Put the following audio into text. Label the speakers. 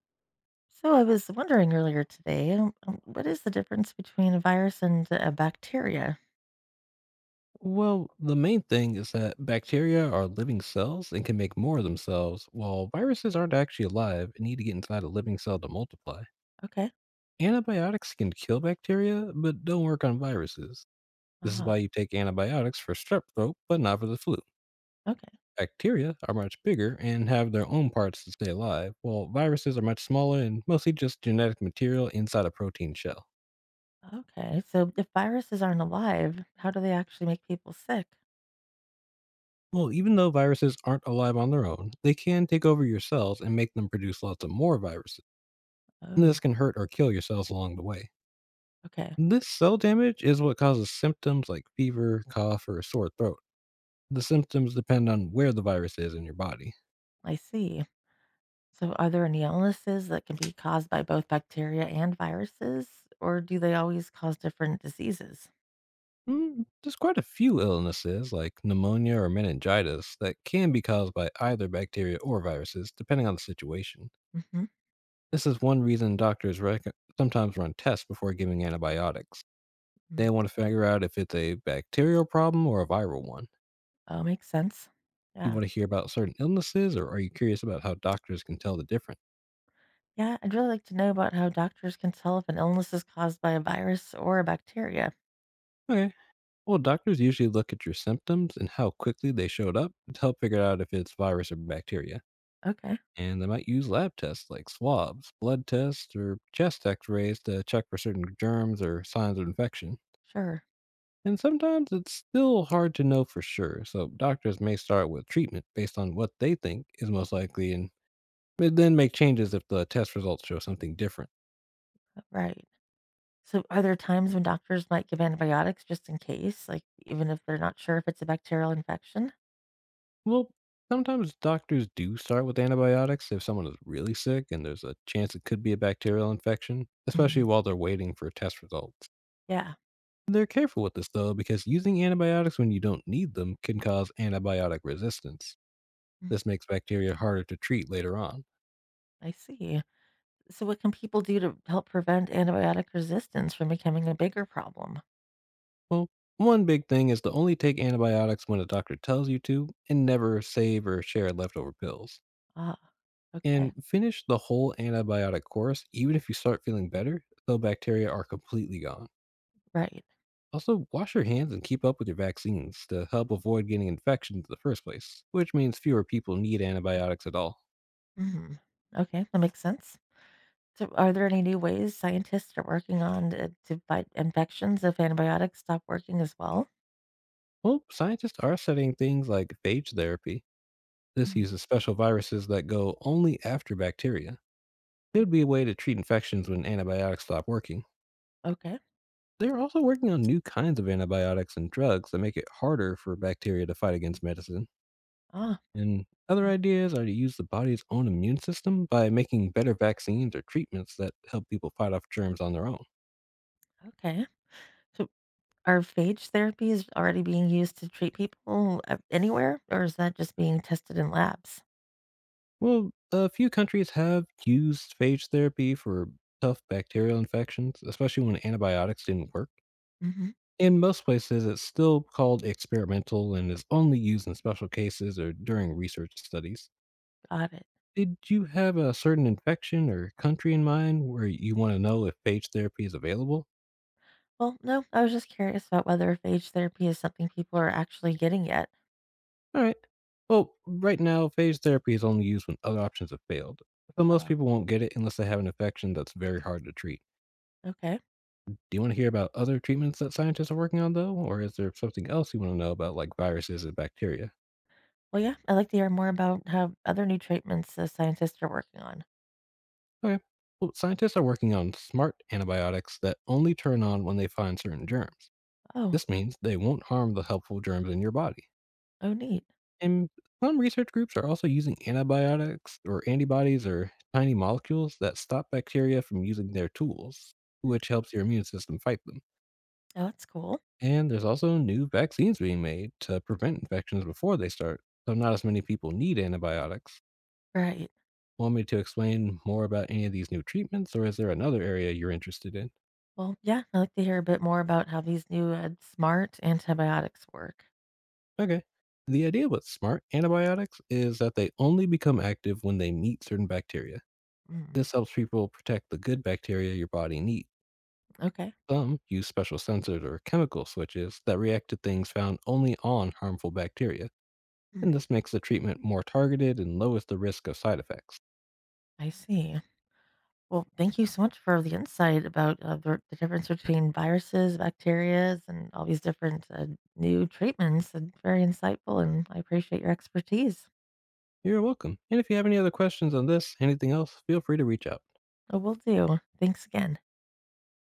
Speaker 1: So I was wondering earlier today, what is the difference between a virus and a bacteria?
Speaker 2: Well, the main thing is that bacteria are living cells and can make more of themselves, while viruses aren't actually alive and need to get inside a living cell to multiply.
Speaker 1: Okay.
Speaker 2: Antibiotics can kill bacteria, but don't work on viruses. This is
Speaker 1: Ah,
Speaker 2: why you take antibiotics for strep throat, but not for the flu.
Speaker 1: okay.
Speaker 2: Bacteria are much bigger and have their own parts to stay alive, while viruses are much smaller and mostly just genetic material inside a protein shell.
Speaker 1: Okay. So if viruses aren't alive, how do they actually make people sick?
Speaker 2: Well, even though viruses aren't alive on their own, they can take over your cells and make them produce lots of more viruses, and this
Speaker 1: Oh,
Speaker 2: can hurt or kill your cells along the way.
Speaker 1: okay.
Speaker 2: This cell damage is what causes symptoms like fever, cough, or a sore throat. The symptoms depend on where the virus is in your body.
Speaker 1: I see. So are there any illnesses that can be caused by both bacteria and viruses, or do they always cause different diseases?
Speaker 2: There's quite a few illnesses like pneumonia or meningitis that can be caused by either bacteria or viruses, depending on the situation.
Speaker 1: Mm-hmm.
Speaker 2: This is one reason sometimes run tests before giving antibiotics.
Speaker 1: Mm-hmm.
Speaker 2: They want to figure out if it's a bacterial problem or a viral one.
Speaker 1: Oh, makes sense.
Speaker 2: You
Speaker 1: Yeah.
Speaker 2: want to hear about certain illnesses, or are you curious about how doctors can tell the difference?
Speaker 1: Yeah, I'd really like to know about how doctors can tell if an illness is caused by a virus or a bacteria.
Speaker 2: Okay. Well, doctors usually look at your symptoms and how quickly they showed up to help figure out if it's virus or bacteria.
Speaker 1: Okay,
Speaker 2: And they might use lab tests like swabs, blood tests, or chest x rays to check for certain germs or signs of infection.
Speaker 1: sure.
Speaker 2: And sometimes it's still hard to know for sure, so doctors may start with treatment based on what they think is most likely and may then make changes if the test results show something different.
Speaker 1: Right. So are there times when doctors might give antibiotics just in case, like even if they're not sure if it's a bacterial infection?
Speaker 2: Well, sometimes doctors do start with antibiotics if someone is really sick and there's a chance it could be a bacterial infection, especially
Speaker 1: Mhm.
Speaker 2: while they're waiting for test results.
Speaker 1: Yeah.
Speaker 2: They're careful with this though because using antibiotics when you don't need them can cause antibiotic resistance.
Speaker 1: Mm,
Speaker 2: This makes bacteria harder to treat later on.
Speaker 1: I see. So what can people do to help prevent antibiotic resistance from becoming a bigger problem?
Speaker 2: Well, one big thing is to only take antibiotics when a doctor tells you to and never save or share leftover pills.
Speaker 1: Ah, okay.
Speaker 2: And finish the whole antibiotic course even if you start feeling better, though bacteria are completely gone.
Speaker 1: Right.
Speaker 2: Also, wash your hands and keep up with your vaccines to help avoid getting infections in the first place, which means fewer people need antibiotics at all.
Speaker 1: Hmm. Okay, that makes sense. So are there any new ways scientists are working on to fight infections if antibiotics stop working as well?
Speaker 2: Well, scientists are studying things like phage therapy. This
Speaker 1: Mhm.
Speaker 2: uses special viruses that go only after bacteria. It would be a way to treat infections when antibiotics stop working.
Speaker 1: Okay.
Speaker 2: They're also working on new kinds of antibiotics and drugs that make it harder for bacteria to fight against medicine.
Speaker 1: Ah,
Speaker 2: And other
Speaker 1: o-
Speaker 2: ideas are to use the body's own immune system by making better vaccines or treatments that help people fight off germs on their own.
Speaker 1: okay. So are phage therapies already being used to treat people anywhere, or is that just being tested in labs?
Speaker 2: Well, a few countries have used phage therapy for tough bacterial infections, especially when antibiotics didn't work.
Speaker 1: Hmm.
Speaker 2: In most places, it's still called experimental and is only used in special cases or during research studies.
Speaker 1: Got it.
Speaker 2: Did you have a certain infection or country in mind where you want to know if phage therapy is available?
Speaker 1: Well, no, I was just curious about whether phage therapy is something people are actually getting yet.
Speaker 2: All right. Well, right now, phage therapy is only used when other options have failed, so most
Speaker 1: Oh,
Speaker 2: people won't get it unless they have an infection that's very hard to treat.
Speaker 1: okay.
Speaker 2: Do you want to hear about other treatments that scientists are working on, though? Or is there something else you want to know about, like viruses and bacteria?
Speaker 1: Well, yeah, I'd like to hear more about how other new treatments the scientists are working on.
Speaker 2: Okay. Well, scientists are working on smart antibiotics that only turn on when they find certain germs.
Speaker 1: Oh,
Speaker 2: This means they won't harm the helpful germs in your body.
Speaker 1: oh, neat.
Speaker 2: And some research groups are also using antibiotics or antibodies or tiny molecules that stop bacteria from using their tools,
Speaker 1: Mm,
Speaker 2: which helps your immune system fight them.
Speaker 1: oh, that's cool.
Speaker 2: And there's also new vaccines being made to prevent infections before they start, so not as many people need antibiotics.
Speaker 1: Right.
Speaker 2: Want me to explain more about any of these new treatments, or is there another area you're interested in?
Speaker 1: Well, yeah, I'd like to hear a bit more about how these new smart antibiotics work.
Speaker 2: Okay. The idea with smart antibiotics is that they only become active when they meet certain bacteria.
Speaker 1: Mm,
Speaker 2: This helps people protect the good bacteria your body needs.
Speaker 1: okay.
Speaker 2: Some use special sensors or chemical switches that react to things found only on harmful bacteria,
Speaker 1: Mm,
Speaker 2: and this makes the treatment more targeted and lowers the risk of side effects.
Speaker 1: I see. Well, thank you so much for the insight about the difference between viruses, bacterias, and all these different new treatments. And very insightful, and I appreciate your expertise.
Speaker 2: You're welcome. And if you have any other questions on this, anything else, feel free to reach out.
Speaker 1: I will do. Thanks again.